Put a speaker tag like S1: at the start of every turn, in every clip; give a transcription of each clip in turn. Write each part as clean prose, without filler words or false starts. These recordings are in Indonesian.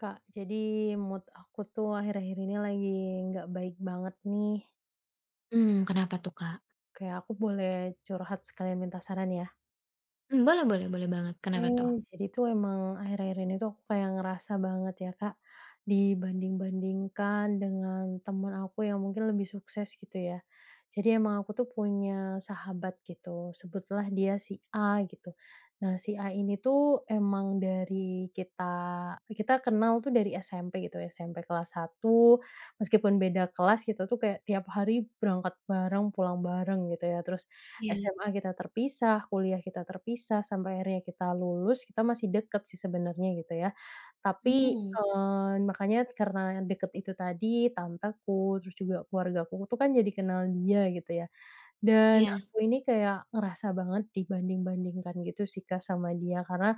S1: Kak, jadi mood aku tuh akhir-akhir ini lagi nggak baik banget nih.
S2: Kenapa tuh, Kak?
S1: Kayak aku boleh curhat sekalian minta saran ya?
S2: Boleh boleh boleh banget, kenapa tuh?
S1: Oke, jadi tuh emang akhir-akhir ini tuh aku kayak ngerasa banget ya, Kak, dibanding-bandingkan dengan temen aku yang mungkin lebih sukses gitu ya. Jadi emang aku tuh punya sahabat gitu, sebutlah dia si A gitu. Nah, si A ini tuh emang kita kenal tuh dari SMP gitu, SMP kelas satu. Meskipun beda kelas gitu tuh kayak tiap hari berangkat bareng, pulang bareng gitu ya. Terus
S2: Iya,
S1: SMA kita terpisah, kuliah kita terpisah, sampai akhirnya kita lulus, kita masih deket sih sebenarnya gitu ya. Tapi,
S2: mmm,
S1: makanya karena deket itu tadi, tanteku, terus juga keluargaku tuh kan jadi kenal dia gitu ya. Dan
S2: iya,
S1: aku ini kayak ngerasa banget dibanding-bandingkan gitu sih, Kak, sama dia, karena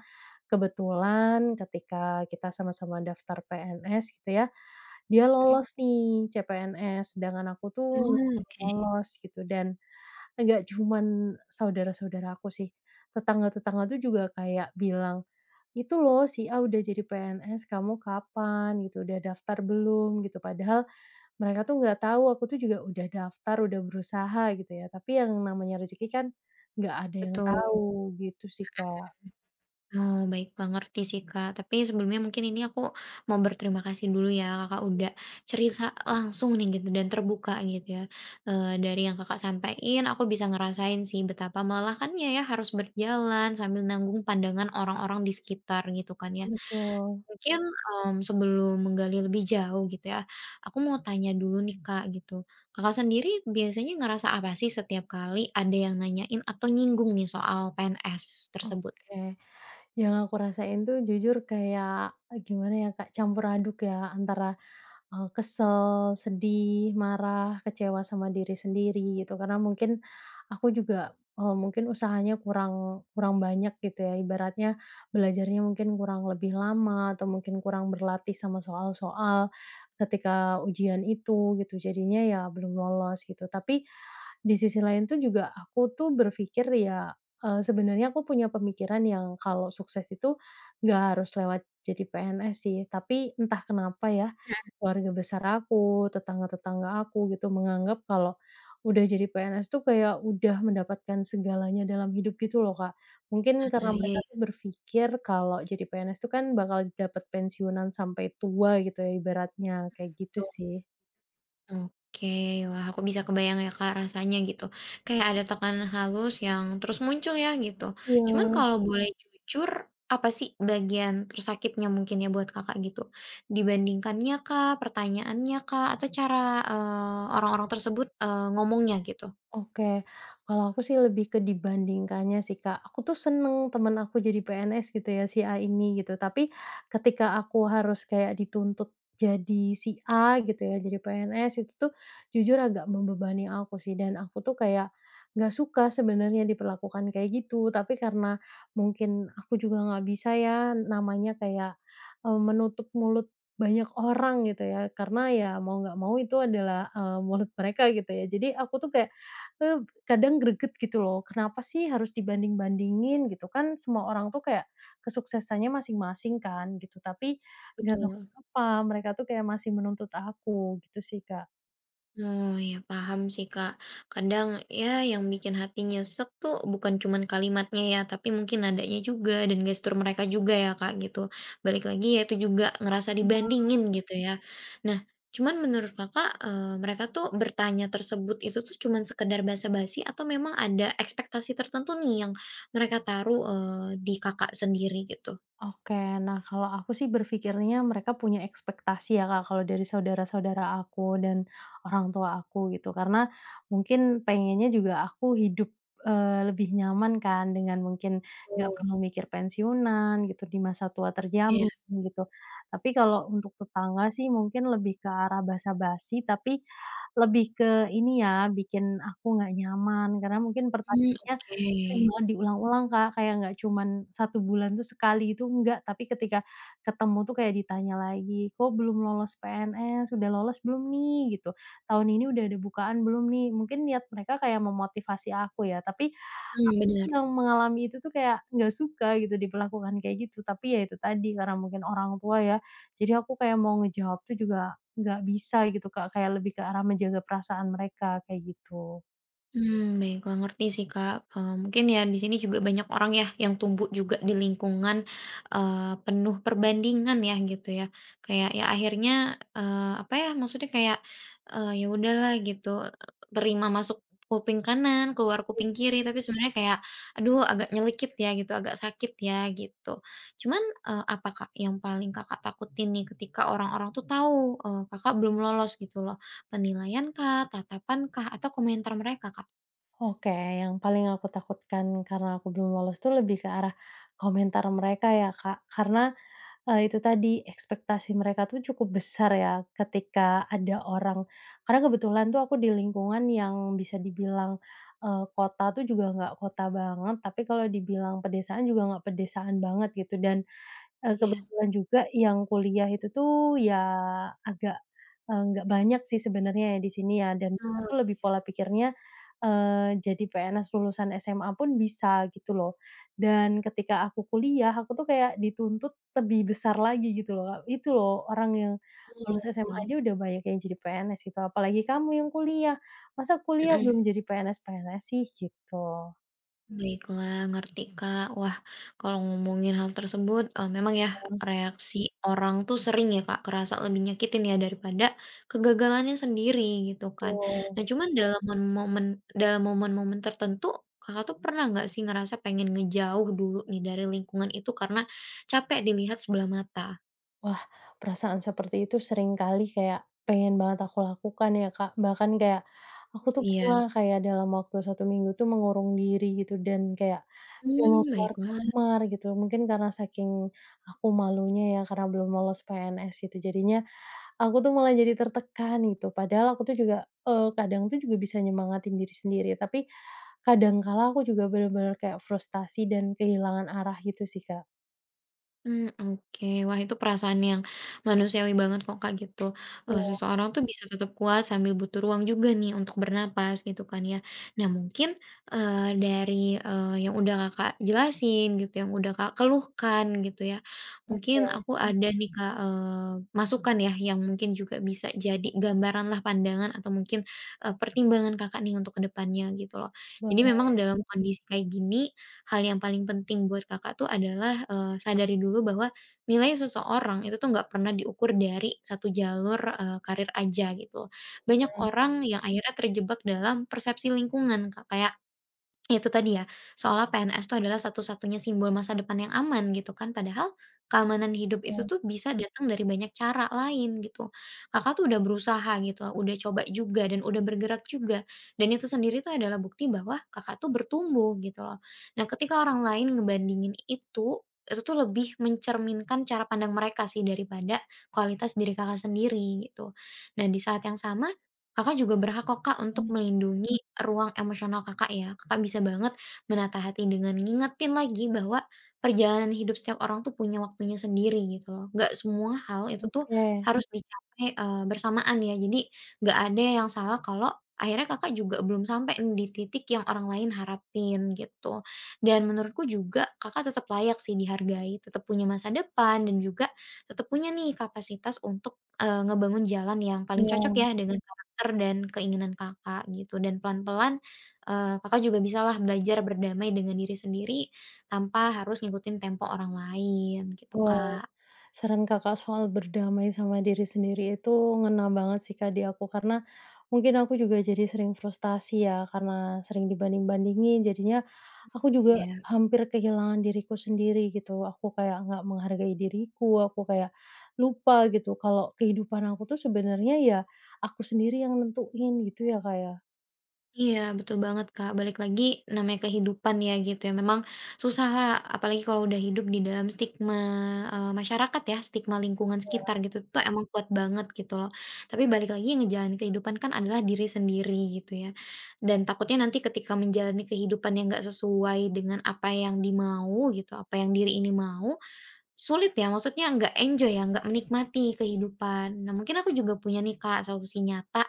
S1: kebetulan ketika kita sama-sama daftar PNS gitu ya, dia
S2: mhm.
S1: lolos nih CPNS, sedangkan aku tuh nggak
S2: Oh,
S1: belum
S2: oke,
S1: lolos gitu. Dan nggak cuman saudara-saudara aku sih, tetangga-tetangga tuh juga kayak bilang, "Itu loh, si A udah jadi PNS, kamu kapan?" gitu, "Udah daftar belum?" gitu. Padahal mereka tuh nggak tahu aku tuh juga udah daftar, udah berusaha gitu ya, tapi yang namanya rezeki kan nggak ada yang
S2: betul.
S1: tahu, gitu sih, Kak.
S2: Oh, baiklah, ngerti sih, Kak. Tapi sebelumnya mungkin ini aku mau berterima kasih dulu ya, Kakak udah cerita langsung nih gitu dan terbuka gitu ya. Dari yang Kakak sampein aku bisa ngerasain sih betapa melelahkannya ya harus berjalan sambil nanggung pandangan orang-orang di sekitar gitu kan ya.
S1: Betul.
S2: Mungkin, sebelum menggali lebih jauh gitu ya, aku mau tanya dulu nih Kak gitu, Kakak sendiri biasanya ngerasa apa sih setiap kali ada yang nanyain atau nyinggung nih soal PNS tersebut?
S1: Oke, yang aku rasain tuh jujur kayak, gimana ya, Kak, campur aduk ya antara kesel, sedih, marah, kecewa sama diri sendiri gitu karena mungkin aku juga, mungkin usahanya kurang kurang banyak gitu ya, ibaratnya belajarnya mungkin kurang lebih lama atau mungkin kurang berlatih sama soal-soal ketika ujian itu gitu, jadinya ya belum lolos gitu. Tapi di sisi lain tuh juga aku tuh berpikir ya, sebenarnya aku punya pemikiran yang kalau sukses itu nggak harus lewat jadi PNS sih, tapi entah kenapa ya, keluarga besar aku, tetangga-tetangga aku gitu menganggap kalau udah jadi PNS tuh kayak udah mendapatkan segalanya dalam hidup gitu loh, Kak. Mungkin karena
S2: Ah, iya
S1: Mereka
S2: iya,
S1: tuh berpikir kalau jadi PNS tuh kan bakal dapat pensiunan sampai tua gitu ya ibaratnya, kayak gitu
S2: betul.
S1: sih.
S2: Oke, wah aku bisa kebayang ya Kak rasanya gitu. Kayak ada tekanan halus yang terus muncul ya gitu. Cuman
S1: Iya.
S2: kalau boleh jujur, apa sih bagian tersakitnya mungkin ya buat Kakak gitu? Dibandingkannya kak pertanyaannya kak atau cara eh, orang-orang tersebut ngomongnya gitu?
S1: Oke, kalau aku sih lebih ke dibandingkannya sih, Kak. Aku tuh seneng temen aku jadi PNS gitu ya, si A ini gitu. Tapi ketika aku harus kayak dituntut jadi si A gitu ya, jadi PNS itu tuh jujur agak membebani aku sih. Dan aku tuh kayak nggak suka sebenarnya diperlakukan kayak gitu. Tapi karena mungkin aku juga nggak bisa ya, namanya kayak menutup mulut banyak orang gitu ya. Karena ya mau nggak mau itu adalah mulut mereka gitu ya. Jadi aku tuh kayak kadang greget gitu loh, kenapa sih harus dibanding-bandingin gitu, kan semua orang tuh kayak kesuksesannya masing-masing kan gitu, tapi nggak tahu
S2: Betul.
S1: kenapa mereka tuh kayak masih menuntut aku gitu sih, Kak.
S2: Oh ya paham sih Kak. Kadang ya yang bikin hati nyesek tuh bukan cuman kalimatnya ya, tapi mungkin nadanya juga dan gestur mereka juga ya Kak gitu. Balik lagi ya itu juga ngerasa dibandingin gitu ya. Nah, cuman menurut Kakak mereka tuh bertanya tersebut itu tuh cuman sekedar basa-basi atau memang ada ekspektasi tertentu nih yang mereka taruh di Kakak sendiri gitu?
S1: Oke, nah kalau aku sih berpikirnya mereka punya ekspektasi ya Kak, kalau dari saudara-saudara aku dan orang tua aku gitu. Karena mungkin pengennya juga aku hidup, lebih nyaman kan, dengan mungkin nggak
S2: Betul.
S1: perlu mikir pensiunan gitu, di masa tua
S2: Iya.
S1: terjamin gitu. Tapi kalau untuk tetangga sih mungkin lebih ke arah basa-basi, tapi lebih ke ini ya, bikin aku nggak nyaman karena mungkin
S2: Hmm,
S1: pertanyaannya
S2: oke.
S1: sering banget diulang-ulang, Kak, kayak nggak cuman satu bulan tuh sekali itu, enggak, tapi ketika ketemu tuh kayak ditanya lagi, "Kok belum lolos PNS? Udah lolos belum nih?" gitu, "Tahun ini udah ada bukaan belum nih?" Mungkin niat mereka kayak memotivasi aku ya, tapi
S2: Hmm,
S1: aku tuh
S2: benar.
S1: yang mengalami itu tuh kayak nggak suka gitu diperlakukan kayak gitu, tapi ya itu tadi, karena mungkin orang tua ya, jadi aku kayak mau ngejawab tuh juga nggak bisa gitu, Kak, kayak lebih ke arah menjaga perasaan mereka, kayak gitu.
S2: Mmm, baiklah ngerti sih Kak, mungkin ya di sini juga banyak orang ya yang tumbuh juga di lingkungan, penuh perbandingan ya gitu ya. Kayak ya akhirnya, apa ya maksudnya kayak, ya udahlah gitu, terima masuk kuping kanan, keluar kuping kiri, tapi sebenarnya kayak aduh agak nyelekit ya gitu, agak sakit ya gitu. Cuman, apa Kak yang paling Kakak takutin nih ketika orang-orang tuh tahu, Kakak belum lolos gitu loh? Penilaian kah, tatapan kah, atau komentar mereka Kak?
S1: Oke, yang paling aku takutkan karena aku belum lolos tuh lebih ke arah komentar mereka ya, Kak. Karena, itu tadi ekspektasi mereka tuh cukup besar ya, ketika ada orang karena kebetulan tuh aku di lingkungan yang bisa dibilang, kota tuh juga nggak kota banget, tapi kalau dibilang pedesaan juga nggak pedesaan banget gitu dan,
S2: Iya,
S1: kebetulan juga yang kuliah itu tuh ya agak, nggak banyak sih sebenarnya ya di sini ya, dan mereka
S2: oh,
S1: tuh lebih pola pikirnya, jadi PNS lulusan SMA pun bisa gitu loh. Dan ketika aku kuliah, aku tuh kayak dituntut lebih besar lagi gitu loh, Kak. "Itu loh, orang yang lulus
S2: iya,
S1: SMA aja udah banyak yang jadi PNS gitu, apalagi kamu yang kuliah, masa kuliah belum
S2: mhm,
S1: jadi PNS-PNS sih?" gitu.
S2: baiklah, ngerti, Kak. Wah, kalau ngomongin hal tersebut, memang ya
S1: Oh,
S2: reaksi orang tuh sering ya, Kak, kerasa lebih nyakitin ya daripada kegagalannya sendiri gitu kan.
S1: betul.
S2: Nah, cuman dalam momen-momen tertentu, Kakak tuh pernah nggak sih ngerasa pengen ngejauh dulu nih dari lingkungan itu karena capek dilihat sebelah mata?
S1: Wah, perasaan seperti itu sering kali kayak pengen banget aku lakukan ya, Kak. Bahkan kayak aku tuh
S2: Iya,
S1: pernah kayak dalam waktu 1 minggu tuh mengurung diri gitu dan kayak gak mau
S2: mmm,
S1: keluar
S2: baiklah.
S1: kamar gitu. Mungkin karena saking aku malunya ya, karena belum lolos PNS gitu. Jadinya aku tuh malah jadi tertekan gitu. Padahal aku tuh juga, kadang tuh juga bisa nyemangatin diri sendiri, tapi kadang kala aku juga bener-bener kayak frustasi dan kehilangan arah gitu sih, Kak.
S2: Hmm, oke. Wah, itu perasaan yang manusiawi banget kok, Kak, gitu. Eee,
S1: Iya,
S2: seseorang tuh bisa tetap kuat sambil butuh ruang juga nih untuk bernapas gitu kan ya. Nah mungkin, dari, yang udah Kakak jelasin gitu, yang udah kak keluhkan gitu ya, mungkin
S1: oke,
S2: aku ada nih, Kak, masukan ya yang mungkin juga bisa jadi gambaran lah pandangan atau mungkin, pertimbangan Kakak nih untuk kedepannya gitu loh. Jadi
S1: boleh.
S2: memang dalam kondisi kayak gini hal yang paling penting buat Kakak tuh adalah, sadari dulu bahwa nilai seseorang itu tuh nggak pernah diukur dari satu jalur, karir aja gitu. Banyak orang yang akhirnya terjebak dalam persepsi lingkungan Kak, kayak, itu tadi ya, seolah PNS itu adalah satu-satunya simbol masa depan yang aman gitu kan, padahal keamanan hidup itu tuh bisa datang dari banyak cara lain gitu. Kakak tuh udah berusaha gitu, udah coba juga dan udah bergerak juga, dan itu sendiri tuh adalah bukti bahwa Kakak tuh bertumbuh gitu loh. Nah, ketika orang lain ngebandingin itu tuh lebih mencerminkan cara pandang mereka sih daripada kualitas diri Kakak sendiri gitu. Nah, di saat yang sama Kakak juga berhak kok Kak untuk melindungi ruang emosional Kakak ya. Kakak bisa banget menata hati dengan ngingetin lagi bahwa perjalanan hidup setiap orang tuh punya waktunya sendiri gitu loh. Nggak semua hal itu tuh
S1: Oke.
S2: harus dicapai bersamaan ya. Jadi nggak ada yang salah kalau akhirnya Kakak juga belum sampai nih di titik yang orang lain harapin gitu. Dan menurutku juga Kakak tetap layak sih dihargai, tetap punya masa depan dan juga tetap punya nih kapasitas untuk, ngebangun jalan yang paling cocok
S1: Iya,
S2: ya dengan karakter dan keinginan Kakak gitu dan pelan-pelan, Kakak juga bisalah belajar berdamai dengan diri sendiri tanpa harus ngikutin tempo orang lain gitu,
S1: wah,
S2: Kak.
S1: saran Kakak soal berdamai sama diri sendiri itu ngena banget sih, Kak, di aku, karena mungkin aku juga jadi sering frustasi ya, karena sering dibanding-bandingin jadinya aku juga
S2: Iya.
S1: hampir kehilangan diriku sendiri gitu. Aku kayak nggak menghargai diriku, aku kayak lupa gitu kalau kehidupan aku tuh sebenarnya ya aku sendiri yang nentuin gitu ya, Kak, ya?
S2: Iya, betul banget, Kak. Balik lagi, namanya kehidupan ya, gitu ya. Memang susah lah, apalagi kalau udah hidup di dalam stigma, masyarakat ya, stigma lingkungan sekitar gitu, tuh emang kuat banget gitu loh. Tapi balik lagi yang ngejalanin kehidupan kan adalah diri sendiri gitu ya. Dan takutnya nanti ketika menjalani kehidupan yang nggak sesuai dengan apa yang dimau gitu, apa yang diri ini mau, sulit ya, maksudnya nggak enjoy ya, nggak menikmati kehidupan. Nah, mungkin aku juga punya nih, Kak, solusi nyata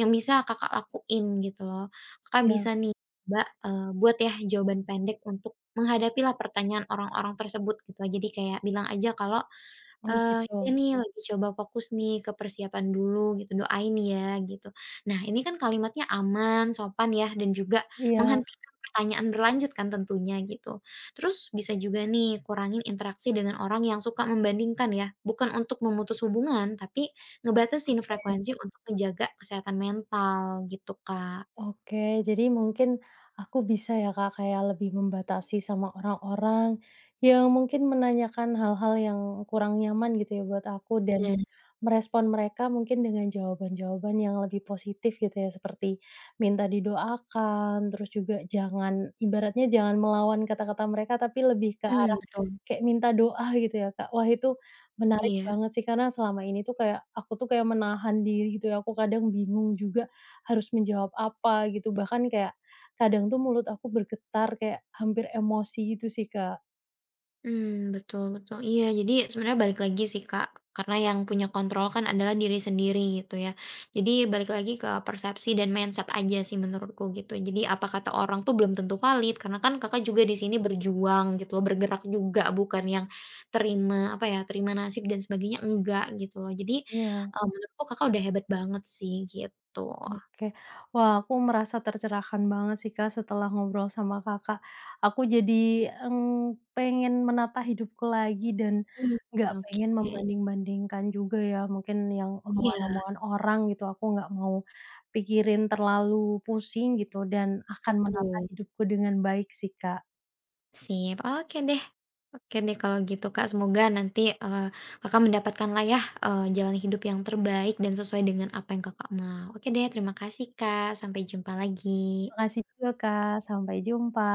S2: yang bisa Kakak lakuin gitu loh. Kakak
S1: Iya,
S2: bisa nih coba, buat ya jawaban pendek untuk menghadapilah pertanyaan orang-orang tersebut gitu. Jadi kayak bilang aja kalau
S1: oh
S2: Eee, iya
S1: gitu.
S2: nih lagi coba fokus nih ke persiapan dulu gitu, doain ya gitu. Nah ini kan kalimatnya aman, sopan ya dan juga
S1: Iya,
S2: menghentikan pertanyaan berlanjut kan tentunya gitu. Terus bisa juga nih kurangin interaksi dengan orang yang suka membandingkan ya, bukan untuk memutus hubungan, tapi ngebatasin
S1: oke.
S2: frekuensi untuk menjaga kesehatan mental gitu, Kak.
S1: Oke, jadi mungkin aku bisa ya, Kak, kayak lebih membatasi sama orang-orang yang mungkin menanyakan hal-hal yang kurang nyaman gitu ya buat aku, dan
S2: Bener.
S1: merespon mereka mungkin dengan jawaban-jawaban yang lebih positif gitu ya, seperti minta didoakan, terus juga jangan, ibaratnya jangan melawan kata-kata mereka, tapi lebih ke
S2: Mhm,
S1: arah
S2: betul,
S1: kayak minta doa gitu ya, Kak. Wah, itu menarik
S2: iya.
S1: banget sih, karena selama ini tuh kayak aku tuh kayak menahan diri gitu ya, aku kadang bingung juga harus menjawab apa gitu, bahkan kayak kadang tuh mulut aku bergetar kayak hampir emosi gitu sih, Kak.
S2: Hmm, betul betul. Iya, jadi sebenarnya balik lagi sih, Kak, karena yang punya kontrol kan adalah diri sendiri gitu ya. Jadi balik lagi ke persepsi dan mindset aja sih menurutku gitu. Jadi apa kata orang tuh belum tentu valid karena kan Kakak juga di sini berjuang gitu loh, bergerak juga bukan yang terima, apa ya, terima nasib dan sebagainya, enggak gitu loh. Jadi,
S1: Iya,
S2: menurutku Kakak udah hebat banget sih gitu.
S1: oke. Wah, aku merasa tercerahkan banget sih, Kak, setelah ngobrol sama Kakak. Aku jadi, pengen menata hidupku lagi dan
S2: Mmm,
S1: nggak pengen
S2: oke.
S1: membanding-bandingkan juga ya, mungkin yang
S2: Iya,
S1: omongan-omongan orang gitu, aku nggak mau pikirin terlalu pusing gitu dan akan menata
S2: tuh.
S1: hidupku dengan baik sih, Kak.
S2: Sip, oke deh. Oke deh kalau gitu Kak, semoga nanti, Kakak mendapatkanlah ya, jalan hidup yang terbaik dan sesuai dengan apa yang Kakak mau. Oke deh, terima kasih Kak, sampai jumpa lagi.
S1: Makasih juga, Kak, sampai jumpa.